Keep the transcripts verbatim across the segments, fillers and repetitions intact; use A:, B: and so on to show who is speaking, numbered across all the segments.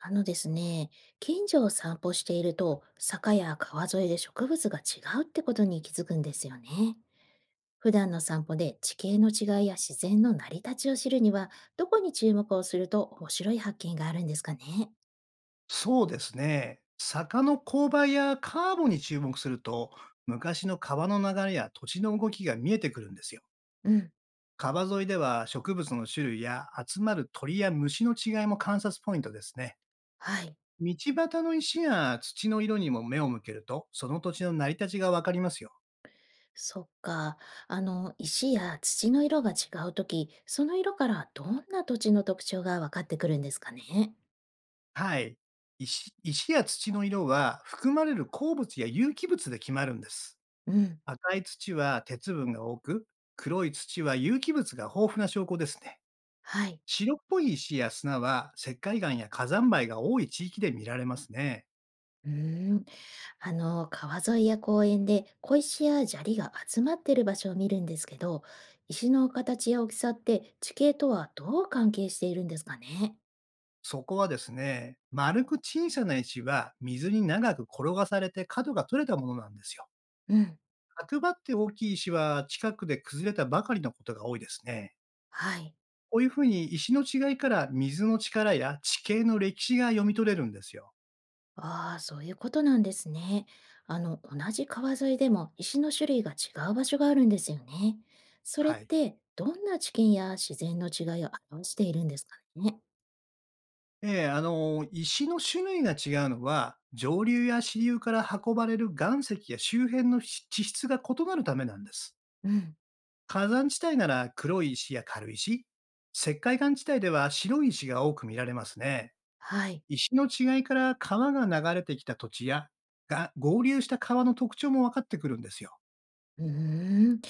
A: あのですね、近所を散歩していると、坂や川沿いで植物が違うってことに気づくんですよね。普段の散歩で地形の違いや自然の成り立ちを知るには、どこに注目をすると面白い発見があるんですかね。
B: そうですね。坂の勾配やカーブに注目すると、昔の川の流れや土地の動きが見えてくるんですよ。
A: うん。
B: 川沿いでは植物の種類や集まる鳥や虫の違いも観察ポイントですね。
A: はい。
B: 道端の石や土の色にも目を向けると、その土地の成り立ちがわかりますよ。
A: そっか。あの、石や土の色が違うとき、その色からどんな土地の特徴が分かってくるんですかね。
B: はい。石石や土の色は含まれる鉱物や有機物で決まるんです。
A: うん。
B: 赤い土は鉄分が多く、黒い土は有機物が豊富な証拠ですね。
A: はい。
B: 白っぽい石や砂は石灰岩や火山灰が多い地域で見られますね。
A: うーんあの、川沿いや公園で小石や砂利が集まってる場所を見るんですけど、石の形や大きさって地形とはどう関係しているんですかね？
B: そこはですね、丸く小さな石は水に長く転がされて角が取れたものなんですよ。
A: うん。
B: 角張って大きい石は近くで崩れたばかりのことが多いですね。
A: はい。
B: こういうふうに石の違いから水の力や地形の歴史が読み取れるんですよ。
A: ああ、そういうことなんですね。あの、同じ川沿いでも石の種類が違う場所があるんですよね。それっ
B: はい。
A: てどんな地形や自然の違いを表しているんですかね？
B: ええ、あの、石の種類が違うのは、上流や支流から運ばれる岩石や周辺の地質が異なるためなんです。
A: うん。
B: 火山地帯なら黒い石や軽石、石灰岩地帯では白い石が多く見られますね。
A: はい。
B: 石の違いから川が流れてきた土地やが合流した川の特徴も分かってくるんですよ。
A: うーん。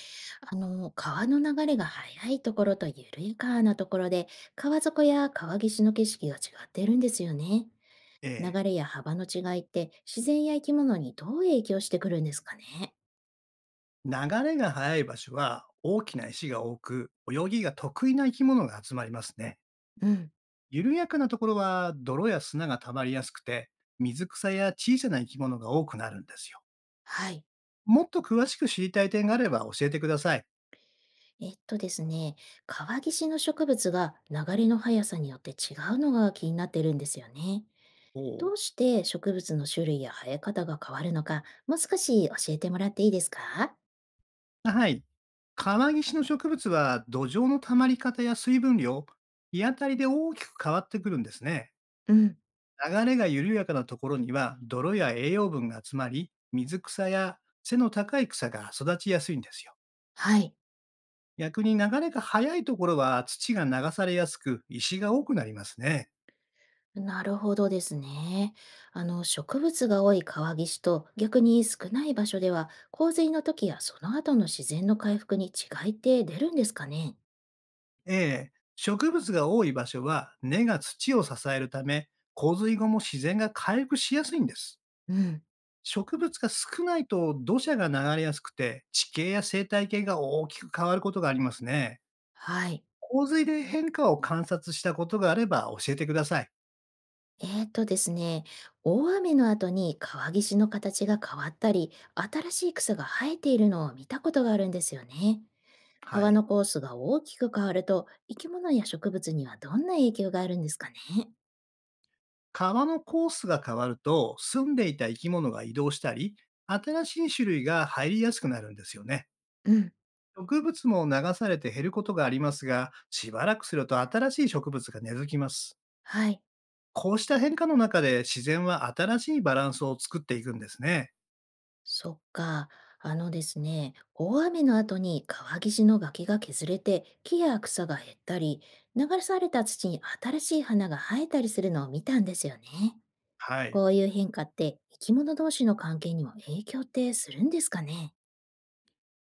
A: あの、川の流れが速いところと緩やかなところで、川底や川岸の景色が違っているんですよね。
B: え
A: 流
B: え。
A: れや幅の違いって自然や生き物にどう影響してくるんですかね。
B: 流れが速い場所は大きな石が多く、泳ぎが得意な生き物が集まりますね。
A: うん。
B: 緩やかなところは泥や砂が溜まりやすくて、水草や小さな生き物が多くなるんですよ。
A: はい。
B: もっと詳しく知りたい点があれば教えてください。
A: えっとですね、川岸の植物が流れの速さによって違うのが気になってるんですよね。
B: おう。
A: どうして植物の種類や生え方が変わるのか、もう少し教えてもらっていいですか？
B: はい。川岸の植物は土壌の溜まり方や水分量、日当たりで大きく変わってくるんですね。
A: うん。
B: 流れが緩やかなところには泥や栄養分が集まり、水草や背の高い草が育ちやすいんですよ。
A: はい。
B: 逆に流れが速いところは土が流されやすく石が多くなりますね。
A: なるほどですね。あの、植物が多い川岸と逆に少ない場所では、洪水の時やその後の自然の回復に違いって出るんですかね？
B: ええ。植物が多い場所は根が土を支えるため、洪水後も自然が回復しやすいんです。
A: うん。
B: 植物が少ないと土砂が流れやすくて、地形や生態系が大きく変わることがありますね。
A: はい。
B: 洪水で変化を観察したことがあれば教えてください。
A: えーとですね、大雨の後に川岸の形が変わったり、新しい草が生えているのを見たことがあるんですよね。
B: は
A: 川
B: い。
A: のコースが大きく変わると、生き物や植物にはどんな影響があるんですかね？
B: 川のコースが変わると、住んでいた生き物が移動したり、新しい種類が入りやすくなるんですよね。
A: うん。
B: 植物も流されて減ることがありますが、しばらくすると新しい植物が根付きます。
A: はい。
B: こうした変化の中で自然は新しいバランスを作っていくんですね。
A: そっか。あのですね、大雨の後に川岸の崖が削れて木や草が減ったり、流された土に新しい花が生えたりするのを見たんですよね。
B: はい。
A: こういう変化って生き物同士の関係にも影響ってするんですかね？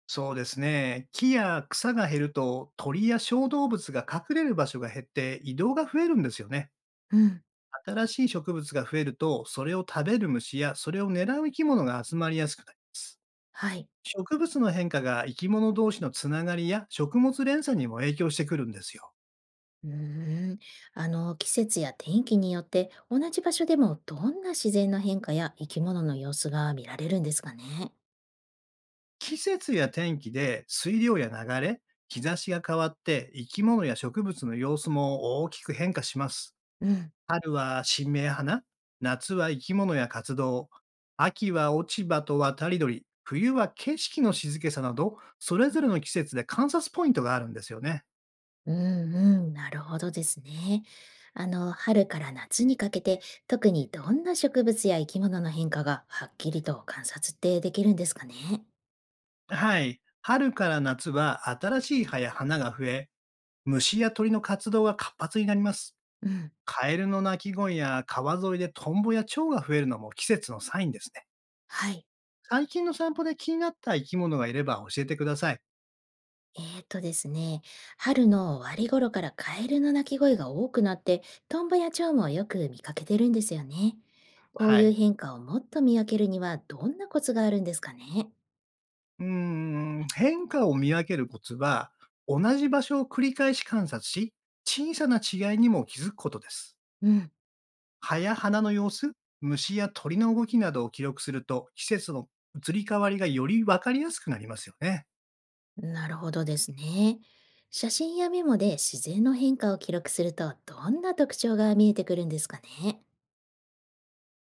B: そうですね。木や草が減ると鳥や小動物が隠れる場所が減って移動が増えるんですよね。
A: うん。
B: 新しい植物が増えると、それを食べる虫やそれを狙う生き物が集まりやすくなり、
A: はい。
B: 植物の変化が生き物同士のつながりや食物連鎖にも影響してくるんですよ。
A: うーん。あの、季節や天気によって同じ場所でもどんな自然の変化や生き物の様子が見られるんですかね？
B: 季節や天気で水量や流れ、日差しが変わって生き物や植物の様子も大きく変化します。
A: うん。
B: 春は新芽や花、夏は生き物や活動、秋は落ち葉と渡り鳥、冬は景色の静けさなど、それぞれの季節で観察ポイントがあるんですよね。
A: うんうん、なるほどですね。あの、春から夏にかけて、特にどんな植物や生き物の変化がはっきりと観察ってできるんですかね。
B: はい。春から夏は新しい葉や花が増え、虫や鳥の活動が活発になります。
A: うん。
B: カエルの鳴き声や川沿いでトンボや蝶が増えるのも季節のサインですね。
A: はい。
B: 最近の散歩で気になった生き物がいれば教えてください。
A: えーとですね、春の終わり頃からカエルの鳴き声が多くなって、トンボや蝶もよく見かけてるんですよね。こう
B: は
A: いう
B: い。
A: 変化をもっと見分けるには、どんなコツがあるんですかね。
B: うーん、変化を見分けるコツは、同じ場所を繰り返し観察し、小さな違いにも気づくことです。
A: うん。
B: 葉や花の様子、虫や鳥の動きなどを記録すると、季節の移り変わりがより分かりやすくなりますよね。
A: なるほどですね。写真やメモで自然の変化を記録するとどんな特徴が見えてくるんですかね？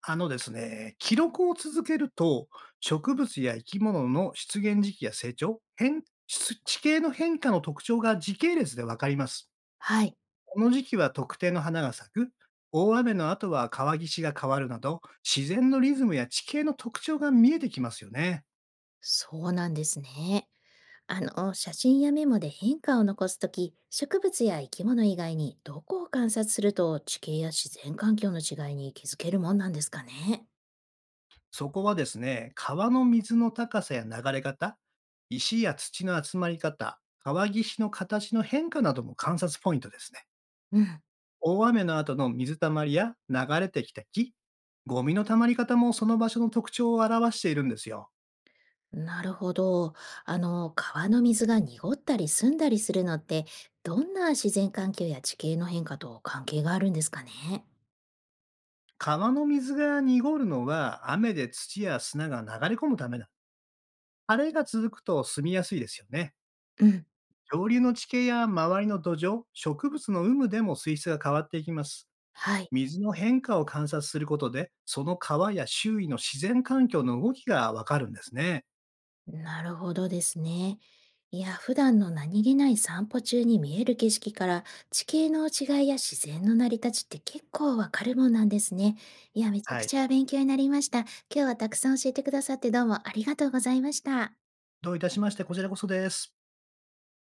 B: あのですね、記録を続けると、植物や生き物の出現時期や成長、変地形の変化の特徴が時系列で分かります。
A: はい。
B: この時期は特定の花が咲く、大雨の後は川岸が変わるなど、自然のリズムや地形の特徴が見えてきますよね。
A: そうなんですね。あの、写真やメモで変化を残すとき、植物や生き物以外にどこを観察すると地形や自然環境の違いに気づけるもんなんですかね？
B: そこはですね、川の水の高さや流れ方、石や土の集まり方、川岸の形の変化なども観察ポイントですね。
A: うん。
B: 大雨の後の水たまりや流れてきた木、ゴミのたまり方もその場所の特徴を表しているんですよ。
A: なるほど。あの、川の水が濁ったり澄んだりするのって、どんな自然環境や地形の変化と関係があるんですかね？
B: 川の水が濁るのは雨で土や砂が流れ込むためなんです。あれが続くと住みやすいですよね。
A: うん。
B: 上流の地形や周りの土壌、植物の有無でも水質が変わっていきます。
A: はい、
B: 水の変化を観察することで、その川や周囲の自然環境の動きがわかるんですね。
A: なるほどですね。いや、普段の何気ない散歩中に見える景色から地形の違いや自然の成り立ちって結構わかるもんなんですね。いや、めちゃ
B: は
A: く
B: い。
A: ちゃ勉強になりました。今日はたくさん教えてくださってどうもありがとうございました。
B: どういたしまして、こちらこそです。